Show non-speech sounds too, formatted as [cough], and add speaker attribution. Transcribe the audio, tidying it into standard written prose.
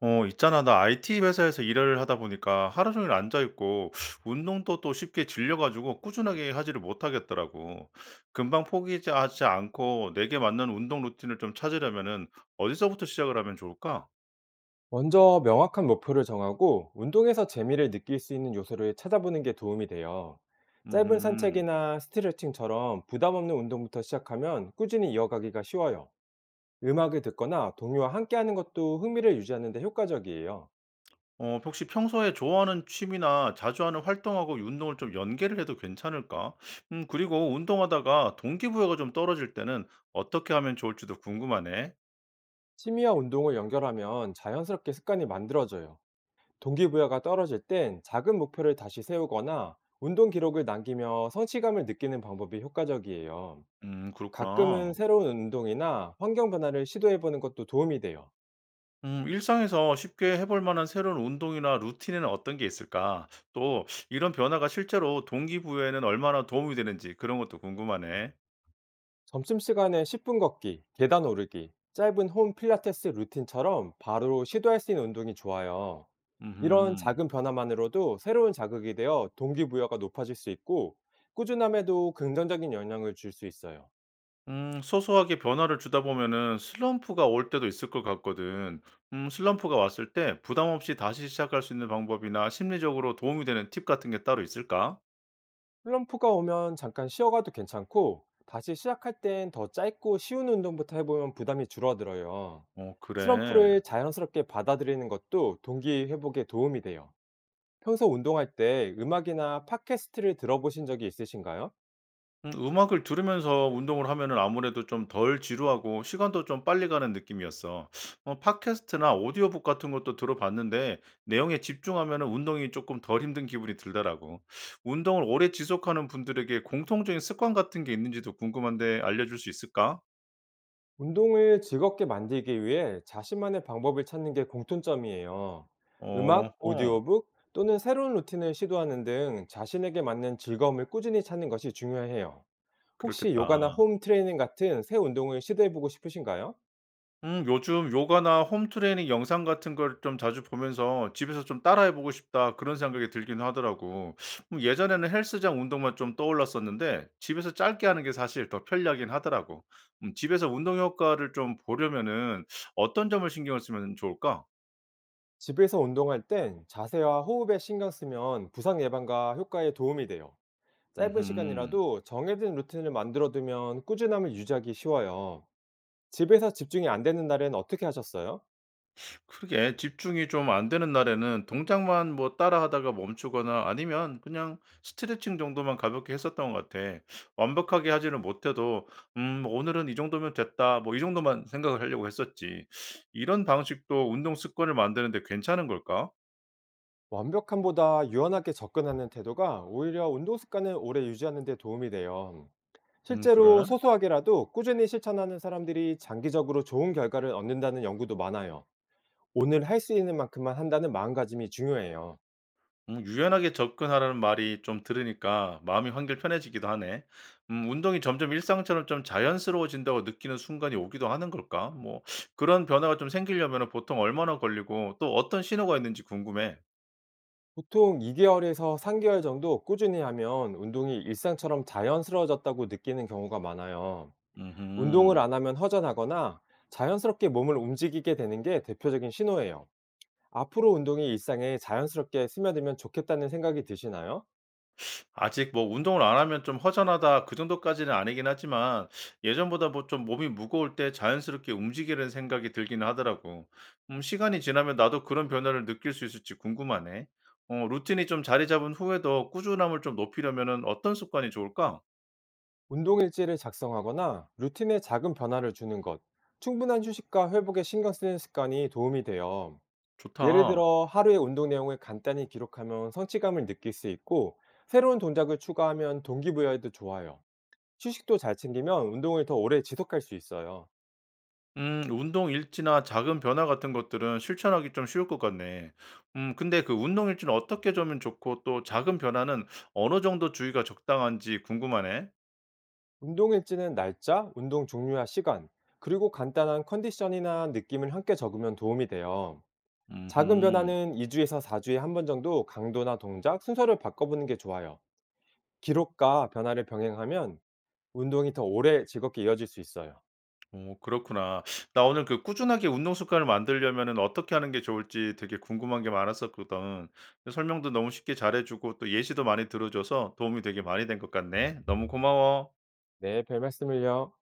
Speaker 1: 어, 있잖아. 나 IT 회사에서 일을 하다 보니까 하루 종일 앉아있고, [sucks teeth] 운동도 또 쉽게 질려가지고 꾸준하게 하지를 못하겠더라고. 금방 포기하지 않고 내게 맞는 운동 루틴을 좀 찾으려면은 어디서부터 시작을 하면 좋을까?
Speaker 2: 먼저 명확한 목표를 정하고 운동에서 재미를 느낄 수 있는 요소를 찾아보는 게 도움이 돼요. 짧은
Speaker 1: 음,
Speaker 2: 산책이나 스트레칭처럼 부담 없는 운동부터 시작하면 꾸준히 이어가기가 쉬워요. 음악을 듣거나 동료와 함께하는 것도 흥미를 유지하는 데 효과적이에요.
Speaker 1: 어, 혹시 평소에 좋아하는 취미나 자주 하는 활동하고 운동을 좀 연계를 해도 괜찮을까? 그리고 운동하다가 동기부여가 좀 떨어질 때는 어떻게 하면 좋을지도 궁금하네.
Speaker 2: 취미와 운동을 연결하면 자연스럽게 습관이 만들어져요. 동기부여가 떨어질 땐 작은 목표를 다시 세우거나 운동 기록을 남기며 성취감을 느끼는 방법이 효과적이에요.
Speaker 1: 그렇구나.
Speaker 2: 가끔은 새로운 운동이나 환경 변화를 시도해 보는 것도 도움이 돼요.
Speaker 1: 일상에서 쉽게 해볼 만한 새로운 운동이나 루틴에는 어떤 게 있을까? 또 이런 변화가 실제로 동기부여에는 얼마나 도움이 되는지 그런 것도 궁금하네.
Speaker 2: 점심시간에 10분 걷기, 계단 오르기, 짧은 홈 필라테스 루틴처럼 바로 시도할 수 있는 운동이 좋아요. 이런
Speaker 1: 음,
Speaker 2: 작은 변화만으로도 새로운 자극이 되어 동기부여가 높아질 수 있고 꾸준함에도 긍정적인 영향을 줄 수 있어요.
Speaker 1: 음, 소소하게 변화를 주다 보면은 슬럼프가 올 때도 있을 것 같거든. 슬럼프가 왔을 때 부담 없이 다시 시작할 수 있는 방법이나 심리적으로 도움이 되는 팁 같은 게 따로 있을까?
Speaker 2: 슬럼프가 오면 잠깐 쉬어가도 괜찮고, 다시 시작할 땐 더 짧고 쉬운 운동부터 해보면 부담이 줄어들어요.
Speaker 1: 어, 그래.
Speaker 2: 슬럼프를 자연스럽게 받아들이는 것도 동기 회복에 도움이 돼요. 평소 운동할 때 음악이나 팟캐스트를 들어보신 적이 있으신가요?
Speaker 1: 음악을 들으면서 운동을 하면은 아무래도 좀 덜 지루하고 시간도 좀 빨리 가는 느낌이었어. 어 팟캐스트나 오디오북 같은 것도 들어봤는데 내용에 집중하면은 운동이 조금 덜 힘든 기분이 들더라고. 운동을 오래 지속하는 분들에게 공통적인 습관 같은 게 있는지도 궁금한데 알려줄 수 있을까?
Speaker 2: 운동을 즐겁게 만들기 위해 자신만의 방법을 찾는 게 공통점이에요. 음악,
Speaker 1: 어허.
Speaker 2: 오디오북 또는 새로운 루틴을 시도하는 등 자신에게 맞는 즐거움을 꾸준히 찾는 것이 중요해요. 혹시 요가나
Speaker 1: 그렇겠다.
Speaker 2: 홈 트레이닝 같은 새 운동을 시도해 보고 싶으신가요?
Speaker 1: 요즘 요가나 홈트레이닝 영상 같은 걸 좀 자주 보면서 집에서 좀 따라해 보고 싶다 그런 생각이 들긴 하더라고. 예전에는 헬스장 운동만 좀 떠올랐었는데 집에서 짧게 하는 게 사실 더 편리하긴 하더라고. 집에서 운동 효과를 좀 보려면은 어떤 점을 신경을 쓰면 좋을까?
Speaker 2: 집에서 운동할 땐 자세와 호흡에 신경 쓰면 부상 예방과 효과에 도움이 돼요. 짧은
Speaker 1: 음
Speaker 2: 시간이라도 정해진 루틴을 만들어 두면 꾸준함을 유지하기 쉬워요. 집에서 집중이 안 되는 날엔 어떻게 하셨어요?
Speaker 1: 그러게 집중이 좀 안 되는 날에는 동작만 뭐 따라하다가 멈추거나 아니면 그냥 스트레칭 정도만 가볍게 했었던 것 같아. 완벽하게 하지는 못해도 뭐 오늘은 이 정도면 됐다. 뭐 이 정도만 생각을 하려고 했었지. 이런 방식도 운동 습관을 만드는데 괜찮은 걸까?
Speaker 2: 완벽함보다 유연하게 접근하는 태도가 오히려 운동 습관을 오래 유지하는 데 도움이 돼요.
Speaker 1: 그래.
Speaker 2: 실제로 소소하게라도 꾸준히 실천하는 사람들이 장기적으로 좋은 결과를 얻는다는 연구도 많아요. '오늘 할 수 있는 만큼만 한다.'는 마음가짐이 중요해요.
Speaker 1: 유연하게 접근하라는 말이 좀 들으니까 마음이 한결 편해지기도 하네. 운동이 점점 일상처럼 좀 자연스러워진다고 느끼는 순간이 오기도 하는 걸까? 뭐 그런 변화가 좀 생기려면 보통 얼마나 걸리고 또 어떤 신호가 있는지 궁금해.
Speaker 2: 보통 2 개월에서 3 개월 정도 꾸준히 하면 운동이 일상처럼 자연스러워졌다고 느끼는 경우가 많아요. 운동을
Speaker 1: 음
Speaker 2: 안 하면 허전하거나 자연스럽게 몸을 움직이게 되는 게 대표적인 신호예요. 앞으로 운동이 일상에 자연스럽게 스며들면 좋겠다는 생각이 드시나요?
Speaker 1: 아직 뭐 운동을 안 하면 좀 허전하다 그 정도까지는 아니긴 하지만 예전보다 뭐 좀 몸이 무거울 때 자연스럽게 움직이는 생각이 들기는 하더라고. 시간이 지나면 나도 그런 변화를 느낄 수 있을지 궁금하네. 어, 루틴이 좀 자리 잡은 후에도 꾸준함을 좀 높이려면은 어떤 습관이 좋을까?
Speaker 2: 운동 일지를 작성하거나 루틴에 작은 변화를 주는 것, 충분한 휴식과 회복에 신경 쓰는 습관이 도움이 돼요. 예를
Speaker 1: 좋다.
Speaker 2: 들어 하루의 운동 내용을 간단히 기록하면 성취감을 느낄 수 있고 새로운 동작을 추가하면 동기부여에도 좋아요. 휴식도 잘 챙기면 운동을 더 오래 지속할 수 있어요.
Speaker 1: 운동 일지나 작은 변화 같은 것들은 실천하기 좀 쉬울 것 같네. 근데 그 운동 일지는 어떻게 짜면 좋고 또 작은 변화는 어느 정도 주의가 적당한지 궁금하네.
Speaker 2: 운동 일지는 날짜, 운동 종류와 시간, 그리고 간단한 컨디션이나 느낌을 함께 적으면 도움이 돼요. 작은
Speaker 1: 음흠.
Speaker 2: 변화는 2주에서 4주에 한 번 정도 강도나 동작, 순서를 바꿔보는 게 좋아요. 기록과 변화를 병행하면 운동이 더 오래 즐겁게 이어질 수 있어요.
Speaker 1: 오, 그렇구나. 나 오늘 그 꾸준하게 운동 습관을 만들려면은 어떻게 하는 게 좋을지 되게 궁금한 게 많았었거든. 설명도 너무 쉽게 잘해 주고 또 예시도 많이 들어 줘서 도움이 되게 많이 된 것 같네. 너무 고마워.
Speaker 2: 네, 별 말씀을요.